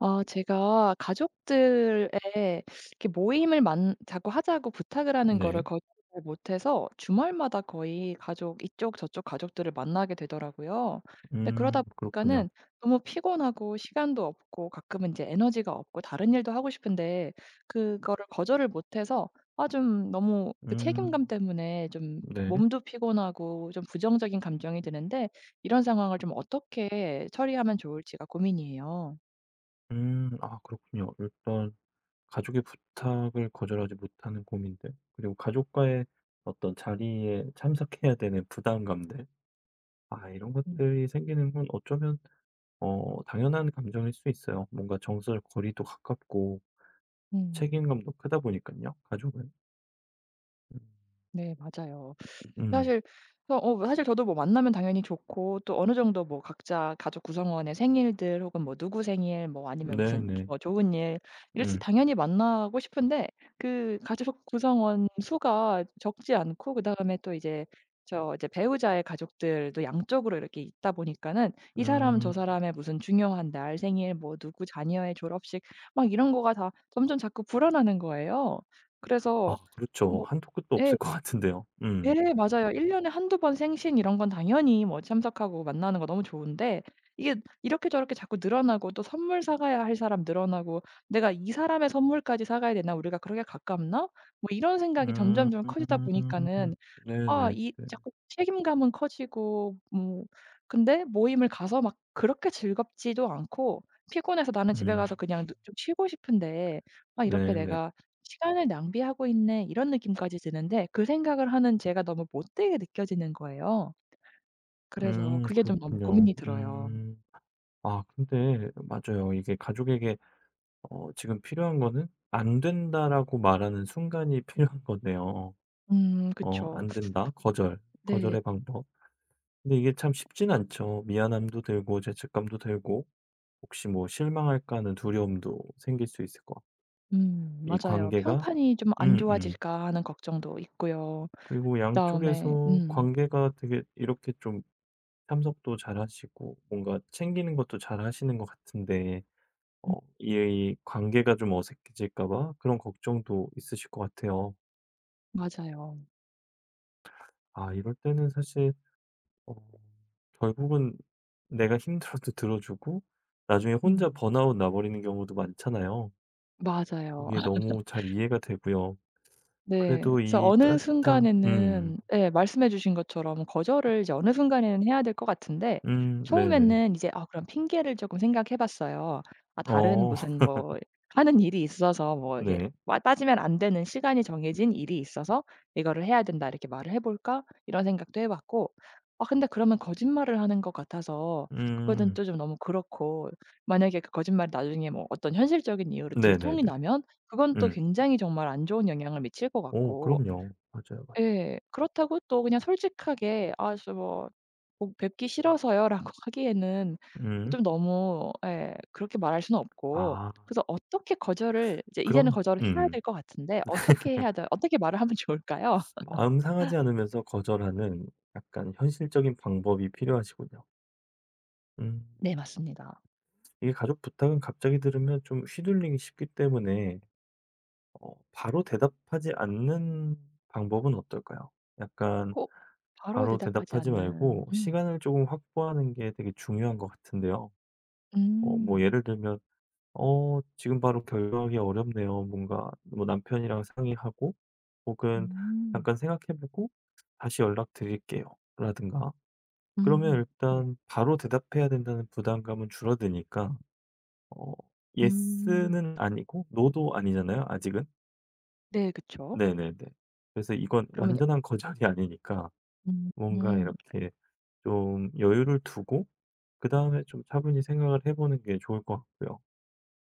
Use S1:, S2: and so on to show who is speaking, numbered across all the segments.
S1: 아 제가 가족들의 이렇게 모임을 만 자꾸 하자고 부탁을 하는 거를
S2: 네.
S1: 거절을 못해서 주말마다 거의 가족 이쪽 저쪽 가족들을 만나게 되더라고요. 근데 그러다
S2: 그렇군요.
S1: 보니까는 너무 피곤하고 시간도 없고 가끔은 이제 에너지가 없고 다른 일도 하고 싶은데 그거를 거절을 못해서 아 좀 너무 그
S2: 음
S1: 책임감 때문에 좀
S2: 네.
S1: 몸도 피곤하고 좀 부정적인 감정이 드는데 이런 상황을 좀 어떻게 처리하면 좋을지가 고민이에요.
S2: 아 그렇군요. 일단 가족의 부탁을 거절하지 못하는 고민들 그리고 가족과의 어떤 자리에 참석해야 되는 부담감들 아 이런
S1: 음.
S2: 것들이 생기는 건 어쩌면 당연한 감정일 수 있어요. 뭔가 정서적 거리도 가깝고
S1: 음.
S2: 책임감도 크다 보니깐요, 가족은. 음.
S1: 네 맞아요.
S2: 음.
S1: 사실 그래서 어 뭐 사실 저도 뭐 만나면 당연히 좋고 또 어느 정도 뭐 각자 가족 구성원의 생일들 혹은 뭐 누구 생일 뭐 아니면 무슨
S2: 네네.
S1: 뭐 좋은 일 이랬을 때
S2: 음.
S1: 당연히 만나고 싶은데 그 가족 구성원 수가 적지 않고 그다음에 또 이제 저 이제 배우자의 가족들도 양쪽으로 이렇게 있다 보니까는 이 사람 저
S2: 음.
S1: 사람의 무슨 중요한 날 생일 뭐 누구 자녀의 졸업식 막 이런 거가 다 점점 자꾸 불어나는 거예요. 그래서
S2: 아 그렇죠.
S1: 뭐
S2: 한도 끝도
S1: 예.
S2: 없을 것 같은데요.
S1: 예
S2: 음.
S1: 맞아요. 1 년에 한두 번 생신 이런 건 당연히 뭐 참석하고 만나는 거 너무 좋은데 이게 이렇게 저렇게 자꾸 늘어나고 또 선물 사 가야 할 사람 늘어나고 '내가 이 사람의 선물까지 사 가야 되나? 우리가 그렇게 가깝나?' 뭐 이런 생각이
S2: 음.
S1: 점점점 커지다 보니까는 아
S2: 네네.
S1: 이
S2: 네.
S1: 자꾸 책임감은 커지고 뭐 근데 모임을 가서 막 그렇게 즐겁지도 않고 피곤해서 나는 집에 가서
S2: 음.
S1: 그냥 좀 쉬고 싶은데 '아 이렇게
S2: 네네.
S1: 내가 시간을 낭비하고 있네.' 이런 느낌까지 드는데 그 생각을 하는 제가 너무 못되게 느껴지는 거예요. 그래서 그게 좀 너무
S2: 그렇군요.
S1: 고민이 들어요.
S2: 음. 아 근데 맞아요. 이게 가족에게 지금 필요한 거는 "안 된다."라고 말하는 순간이 필요한 거네요.
S1: 그쵸.
S2: "안 된다." 거절.
S1: 네.
S2: 거절의 방법. 근데 이게 참 쉽진 않죠. 미안함도 들고 죄책감도 들고 혹시 뭐 '실망할까.' 하는 두려움도 생길 수 있을 것 같고 이
S1: 맞아요.
S2: 관계가
S1: '평판이 좀 안
S2: 음음.
S1: 좋아질까.' 하는 걱정도 있고요.
S2: 그리고
S1: 그다음에
S2: 양쪽에서 관계가 되게 이렇게 좀 참석도 잘하시고 뭔가 챙기는 것도 잘하시는 것 같은데
S1: 음
S2: 이 관계가 좀 어색해질까 봐 그런 걱정도 있으실 것 같아요.
S1: 맞아요.
S2: 아 이럴 때는 사실 어 결국은 내가 힘들어도 들어주고 나중에 혼자
S1: 음.
S2: 번아웃 나 버리는 경우도 많잖아요.
S1: 맞아요.
S2: 이게 너무 잘 이해가 되고요.
S1: 네.
S2: 그래도
S1: 그래서
S2: 이
S1: 어느
S2: 따뜻함
S1: 순간에는 예 말씀해 주신 것처럼 거절을 이제 어느 순간에는 해야 될 것 같은데
S2: 네네.
S1: 처음에는 이제 아 그럼 핑계를 쪼끔 생각해 봤어요. 아 다른
S2: 어
S1: 무슨 뭐 하는 일이 있어서 뭐 이게
S2: 네.
S1: 빠 빠지면 안 되는 시간이 정해진 일이 있어서 '이거를 해야 된다.' 이렇게 말을 해 볼까? 이런 생각도 해 봤고 아 근데 그러면 거짓말을 하는 것 같아서 그거는
S2: 음.
S1: 또 좀 너무 그렇고 만약에 그 거짓말이 나중에 뭐 어떤 현실적인 이유로 들통이
S2: 네네네.
S1: 나면 그건 또
S2: 음.
S1: 굉장히 정말 안 좋은 영향을 미칠 것
S2: 오
S1: 같고
S2: 그럼요. 맞아요, 맞아요.
S1: 예 그렇다고 또 그냥 솔직하게 "아 저 뭐 뭐 뵙기 싫어서요."라고 하기에는
S2: 음.
S1: 좀 너무 예 그렇게 말할 수는 없고
S2: 아
S1: 그래서 어떻게 거절을 이제 이제는
S2: 그럼
S1: 거절을 해야 될 것 같은데 어떻게 해야 돼 어떻게 말을 하면 좋을까요?
S2: 마음 상하지 않으면서 거절하는 약간 현실적인 방법이 필요하시군요. 음.
S1: 네 맞습니다.
S2: 이게 가족 부탁은 갑자기 들으면 좀 휘둘리기 쉽기 때문에 바로 대답하지 않는 방법은 어떨까요? 약간
S1: 어 바로
S2: 바로
S1: 대답하지
S2: 대답하지
S1: 않는
S2: 말고 시간을 조금 확보하는 게 되게 중요한 것 같은데요. 뭐
S1: 음.
S2: 예를 들면 지금 바로 결정하기 어렵네요. 뭔가 뭐 남편이랑 상의하고 혹은
S1: 음.
S2: "잠깐 생각해 보고 다시 연락드릴게요." 라든가 그러면
S1: 음. 네.
S2: 일단 바로 대답해야 된다는 부담감은 줄어드니까 어 예스
S1: 음.
S2: 는 아니고 노도 아니잖아요, 아직은.
S1: 네 그쵸.
S2: 네네네. 그래서 이건
S1: 그러면 야
S2: 완전한 거절이 아니니까 뭔가
S1: 음.
S2: 이렇게 좀 여유를 두고 그다음에 좀 차분히 생각을 해 보는 게 좋을 것 같고요.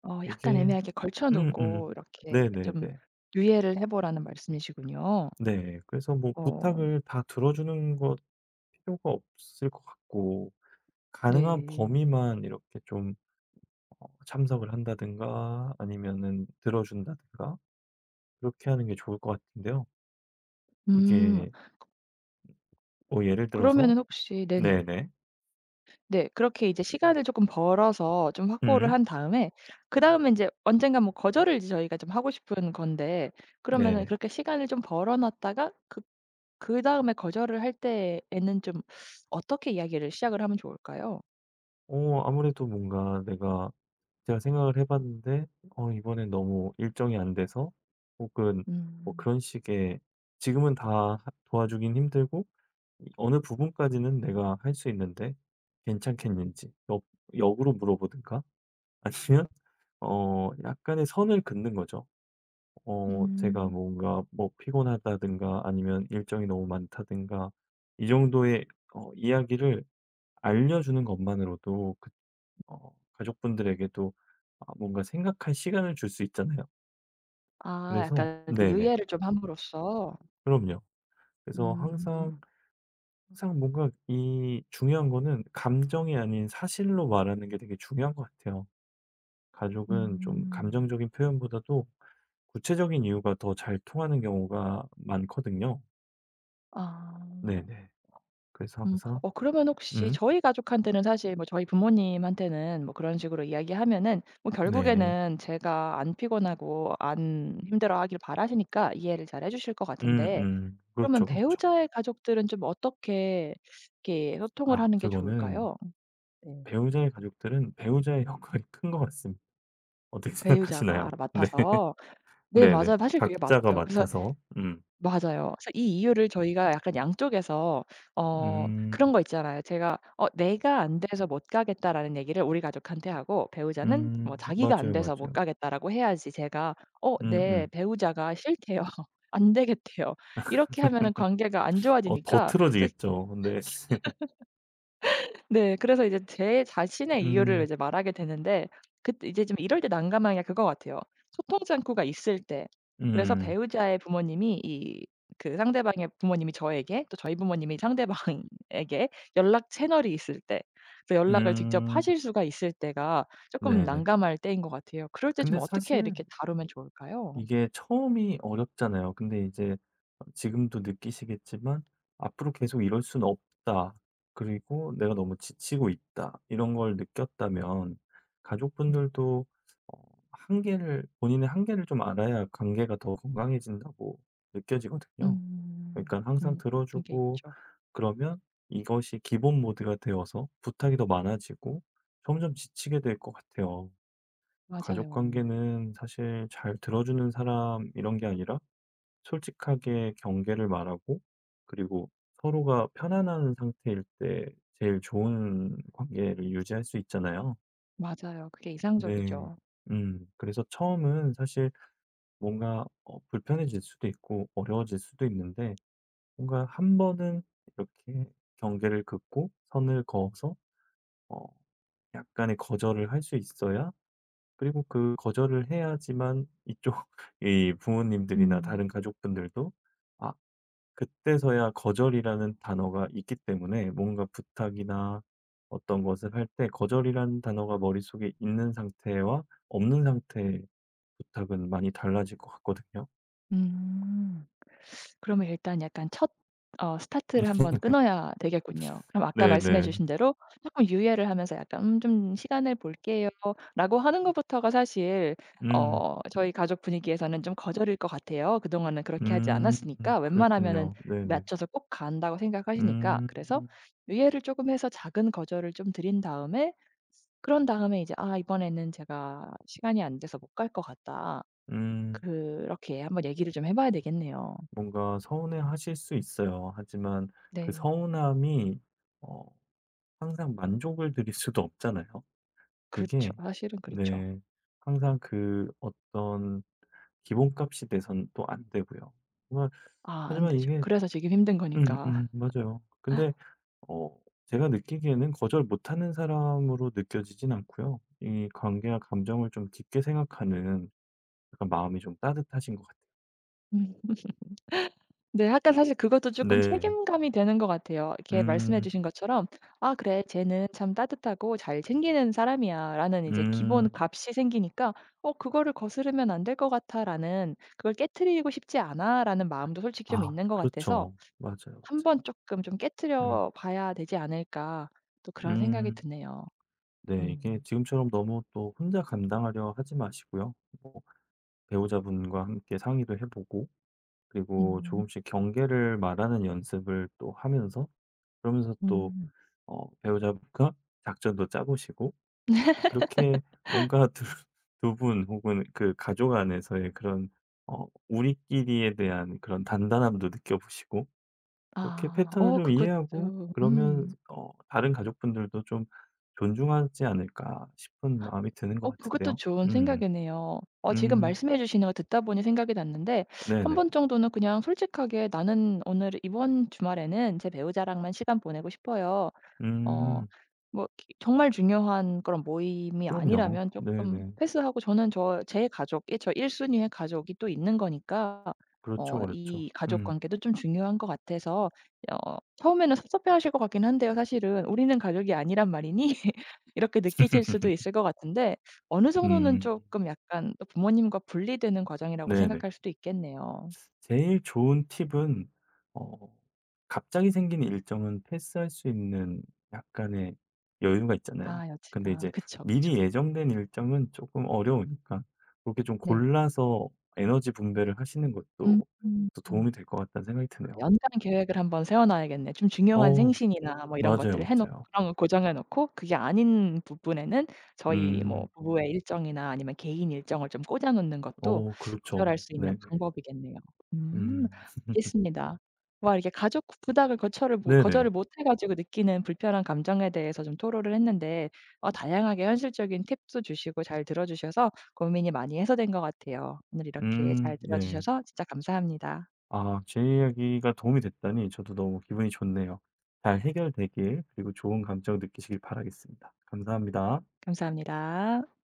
S1: 어 약간
S2: 이게
S1: 애매하게 걸쳐
S2: 음음.
S1: 놓고 이렇게 좀
S2: 네네네.
S1: 유예를 해 보라는 말씀이시군요.
S2: 네. 그래서 뭐
S1: 어
S2: 부탁을 다 들어주는 것 필요가 없을 것 같고 가능한
S1: 네.
S2: 범위만 이렇게 좀 참석을 한다든가 아니면은 들어준다든가 그렇게 하는 게 좋을 것 같은데요.
S1: 음
S2: 이게 뭐 예를 들어서
S1: 그러면은 혹시 네네.
S2: 네네.
S1: 네 그렇게 이제 시간을 조금 벌어서 좀 확보를
S2: 음.
S1: 한 다음에 그다음에 이제 언젠가 뭐 거절을 이제 저희가 좀 하고 싶은 건데 그러면은
S2: 네네.
S1: 그렇게 시간을 좀 벌어 놨다가 그 그다음에 거절을 할 때에는 좀 어떻게 이야기를 시작을 하면 좋을까요?
S2: 아무래도 뭔가 내가 제가 생각을 해 봤는데 이번에 너무 일정이 안 돼서 혹은 뭐
S1: 음.
S2: 그런 식의 지금은 다 도와주긴 힘들고 어느 부분까지는 내가 할 수 있는데 괜찮겠는지 역 역으로 물어보든가 아니면 약간의 선을 긋는 거죠. 제가
S1: 음.
S2: 뭔가 뭐 피곤하다든가 아니면 일정이 너무 많다든가 이 정도의 이야기를 알려주는 것만으로도 그 가족분들에게도 아 뭔가 생각할 시간을 줄 수 있잖아요.
S1: 아
S2: 그래서
S1: 약간 그
S2: 네네.
S1: 유예를 좀 함으로써
S2: 그럼요. 그래서 항상
S1: 음.
S2: 뭔가 이 중요한 거는 감정이 아닌 사실로 말하는 게 되게 중요한 것 같아요. 가족은 좀
S1: 음.
S2: 감정적인 표현보다도 구체적인 이유가 더 잘 통하는 경우가 많거든요.
S1: 아.
S2: 네네. 그래서
S1: 음.
S2: 항상
S1: 어 그러면 혹시
S2: 음.
S1: 저희 가족한테는 사실 뭐 저희 부모님한테는 뭐 그런 식으로 이야기하면은 뭐
S2: 네.
S1: 결국에는 제가 안 피곤하고 안 힘들어하길 바라시니까 이해를 잘 해 주실 것 같은데
S2: 음음.
S1: 그러면
S2: 그렇죠, 그렇죠.
S1: 배우자의 가족들은 좀 어떻게 이렇게 소통을
S2: 아
S1: 하는 게
S2: 그거는
S1: 좋을까요? 네.
S2: 배우자의 가족들은 배우자의 역할이 큰 것 같습니다. 어떻게
S1: 배우자가 알아
S2: 생각하시나요? 네.
S1: 맡아서. 네
S2: 네네.
S1: 맞아요. 사실 그게
S2: 각자가
S1: 맞죠. 그래서
S2: 맡아서. 음.
S1: 맞아요. 그래서 이 이유를 저희가 약간 양쪽에서 어 그런
S2: 음.
S1: 거 있잖아요. 제가 어 "내가 안 돼서 못 가겠다."라는 얘기를 우리 가족한테 하고 배우자는 뭐
S2: 음.
S1: "자기가 안
S2: 맞아요,
S1: 돼서 못
S2: 맞아요.
S1: 가겠다."라고 해야지 제가 "어 내
S2: 음음.
S1: 배우자가 싫대요. 안 되겠대요." 이렇게 하면은 관계가 안
S2: 더
S1: 좋아지니까 또
S2: 틀어지겠죠. 근데
S1: 네. 그래서 이제 제 자신의 이유를
S2: 음
S1: 이제 말하게 되는데 그때 이제 좀 이럴 때 난감한 게 그거 같아요. 소통 창구가 있을 때. 그래서
S2: 음
S1: 배우자의 부모님이 이 그 상대방의 부모님이 저에게 또 저희 부모님이 상대방에게 연락 채널이 있을 때 또 연락을 직접
S2: 음
S1: 하실 수가 있을 때가 쪼끔
S2: 네네.
S1: 난감할 때인 것 같아요. 그럴 때 좀
S2: 근데
S1: 어떻게
S2: 사실
S1: 이렇게 다루면 좋을까요?
S2: 이게 처음이 어렵잖아요. 근데 이제 지금도 느끼시겠지만 '앞으로 계속 이럴 수는 없다. 그리고 내가 너무 지치고 있다.' 이런 걸 느꼈다면
S1: 음.
S2: 가족분들도 어 한계를 본인의 한계를 좀 알아야 관계가 더 건강해진다고 느껴지거든요. 그러니
S1: 음.
S2: 까 항상
S1: 음.
S2: 들어
S1: 그런 게
S2: 주고
S1: 있죠.
S2: 그러면 이것이 기본 모드가 되어서 부탁이 더 많아지고 점점 지치게 될 것 같아요. 가족
S1: 맞아요.
S2: 관계는 사실 잘 들어주는 사람 이런 게 아니라 솔직하게 경계를 말하고 그리고 서로가 편안한 상태일 때 제일 좋은 관계를 유지할 수 있잖아요.
S1: 맞아요. 그게
S2: 네.
S1: 이상적이죠.
S2: 음. 그래서 처음은 사실 뭔가 불편해질 수도 있고 어려워질 수도 있는데 뭔가 한 번은 이렇게 경계를 긋고 선을 그어서 어 약간의 거절을 할 수 있어야 그리고 그 거절을 해야지만 이쪽 이 부모님들이나
S1: 음.
S2: 다른 가족분들도 아 그때서야 거절이라는 단어가 있기 때문에 뭔가 부탁이나 어떤 것을 할 때 거절이라는 단어가 머릿속에 있는 상태와 없는 상태의 부탁은 많이 달라질 것 같거든요.
S1: 음. 그러면 일단 약간 첫 어 스타트를 한번 끊어야 되겠군요. 그럼 아까 말씀해
S2: 네네.
S1: 주신 대로 쪼끔 유예를 하면서 약간 좀 시간을 볼게요."라고 하는 것부터가 사실
S2: 음.
S1: 어 저희 가족 분위기에서는 좀 거절일 것 같아요. 그동안은 그렇게 하지
S2: 음.
S1: 않았으니까 웬만하면은
S2: 그랬군요. 네네.
S1: 맞춰서 꼭 간다고 생각하시니까.
S2: 음.
S1: 그래서 유예를 쪼금 해서 작은 거절을 좀 드린 다음에 그런 다음에 이제 "아 이번에는 제가 시간이 안 돼서 못 갈 것 같다."
S2: 음.
S1: 그렇게 한번 얘기를 좀 해 봐야 되겠네요.
S2: 뭔가 서운해하실 수 있어요. 하지만 그
S1: 네.
S2: 서운함이 어 항상 만족을 드릴 수도 없잖아요.
S1: 그렇죠.
S2: 그게
S1: 사실은 그렇죠.
S2: 네. 항상 그 어떤 기본값이 돼선 또 안 되고요. 정말
S1: 아 안
S2: 하지만
S1: 되죠.
S2: 이게
S1: 그래서 지금 힘든 거니까.
S2: 맞아요. 근데 어 제가 느끼기에는 거절 못하는 사람으로 느껴지진 않고요. 이 관계와 감정을 좀 깊게 생각하는 약간 마음이 좀 따뜻하신 것 같아요.
S1: 음. 네 약간 사실 그것도 조금
S2: 네.
S1: 책임감이 되는 것 같아요. 이렇게 말씀해
S2: 음.
S1: 주신 것처럼 '아 그래 쟤는 참 따뜻하고 잘 챙기는 사람이야.'라는 이제 기본
S2: 음.
S1: 값이 생기니까 '어 그거를 거스르면 안 될 것 같아.'라는 '그걸 깨트리고 싶지 않아.'라는 마음도 솔직히 좀
S2: 아
S1: 있는 것 같아서
S2: 그렇죠. 맞아요, 맞아요.
S1: '한 번 조금 좀
S2: 음.
S1: 깨트려 봐야 되지 않을까.' 또 그런 생각이
S2: 음.
S1: 드네요.
S2: 네. 이게
S1: 음.
S2: 지금처럼 너무 또 혼자 감당하려 하지 마시고요. 뭐 배우자분과 함께 상의도 해 보고 그리고
S1: 음.
S2: 조금씩 경계를 말하는 연습을 또 하면서 그러면서 또
S1: 음.
S2: 배우자분과 작전도 짜 보시고 그렇게 뭔가 두 두 분 혹은 그 가족 안에서의 그런 우리끼리에 대한 그런 단단함도 느껴 보시고 그렇게
S1: 아.
S2: 패턴을
S1: 어
S2: 좀 이해하고
S1: 그것도
S2: 그러면 다른 가족분들도 좀 존중하지 않을까 싶은 마음이 드는 것
S1: 어 그것도
S2: 같은데요.
S1: 좋은
S2: 음.
S1: 생각이네요. 어 지금
S2: 음.
S1: 말씀해 주시는 거 듣다 보니 생각이 났는데 한
S2: 네네.
S1: 번 정도는 그냥 솔직하게 "나는 오늘 이번 주말에는 제 배우자랑만 시간 보내고 싶어요. 어
S2: 음.
S1: 뭐 기 정말 중요한 그런 모임이
S2: 그럼요.
S1: 아니라면 조금
S2: 네네.
S1: 패스하고 저는 저 제 가족이 저 1 순위의 가족이 또 있는 거니까
S2: 그렇죠,
S1: 어
S2: 그렇죠.
S1: 이 가족
S2: 음.
S1: 관계도 좀 중요한 것 같아서 어 처음에는 섭섭해하실 것 같긴 한데요 사실은. '우리는 가족이 아니란 말이니?' 이렇게 느끼실 수도 있을 것 같은데 어느 정도는
S2: 음.
S1: 조금 약간 또 부모님과 분리되는 과정이라고
S2: 네네.
S1: 생각할 수도 있겠네요.
S2: 제일 좋은 팁은 어 갑자기 생긴 일정은 패스할 수 있는 약간의 여유가 있잖아요.
S1: 아
S2: 근데
S1: 여지가
S2: 이제
S1: 그쵸, 그쵸.
S2: 미리 예정된 일정은 조금 어려우니까 그렇게 좀
S1: 네.
S2: 골라서 에너지 분배를 하시는 것도
S1: 음.
S2: 또 도움이
S1: 음.
S2: 될 것 같다는 생각이 드네요.
S1: 연간 계획을 한번 세워 놔야겠네. 좀 중요한
S2: 어
S1: 생신이나 뭐 이런
S2: 맞아요,
S1: 것들을 해 놓고
S2: 맞아요.
S1: 그런 걸 고정해 놓고 그게 아닌 부분에는 저희 뭐
S2: 음.
S1: 부부의 일정이나 아니면 개인 일정을 좀 꽂아 놓는 것도
S2: 그렇죠.
S1: 조절할 수 있는
S2: 네네.
S1: 방법이겠네요. 음.
S2: 음.
S1: 알겠습니다. 와 이렇게 가족 부탁을 거절을 못 거절을
S2: 네네.
S1: 못해 가지고 느끼는 불편한 감정에 대해서 좀 토로를 했는데 어 다양하게 현실적인 팁도 주시고 잘 들어 주셔서 고민이 많이 해소된 것 같아요. 오늘 이렇게 잘 들어
S2: 네.
S1: 주셔서 진짜 감사합니다.
S2: 아, 제 이야기가 도움이 됐다니 저도 너무 기분이 좋네요. 잘 해결되길, 그리고 좋은 감정 느끼시길 바라겠습니다. 감사합니다.
S1: 감사합니다.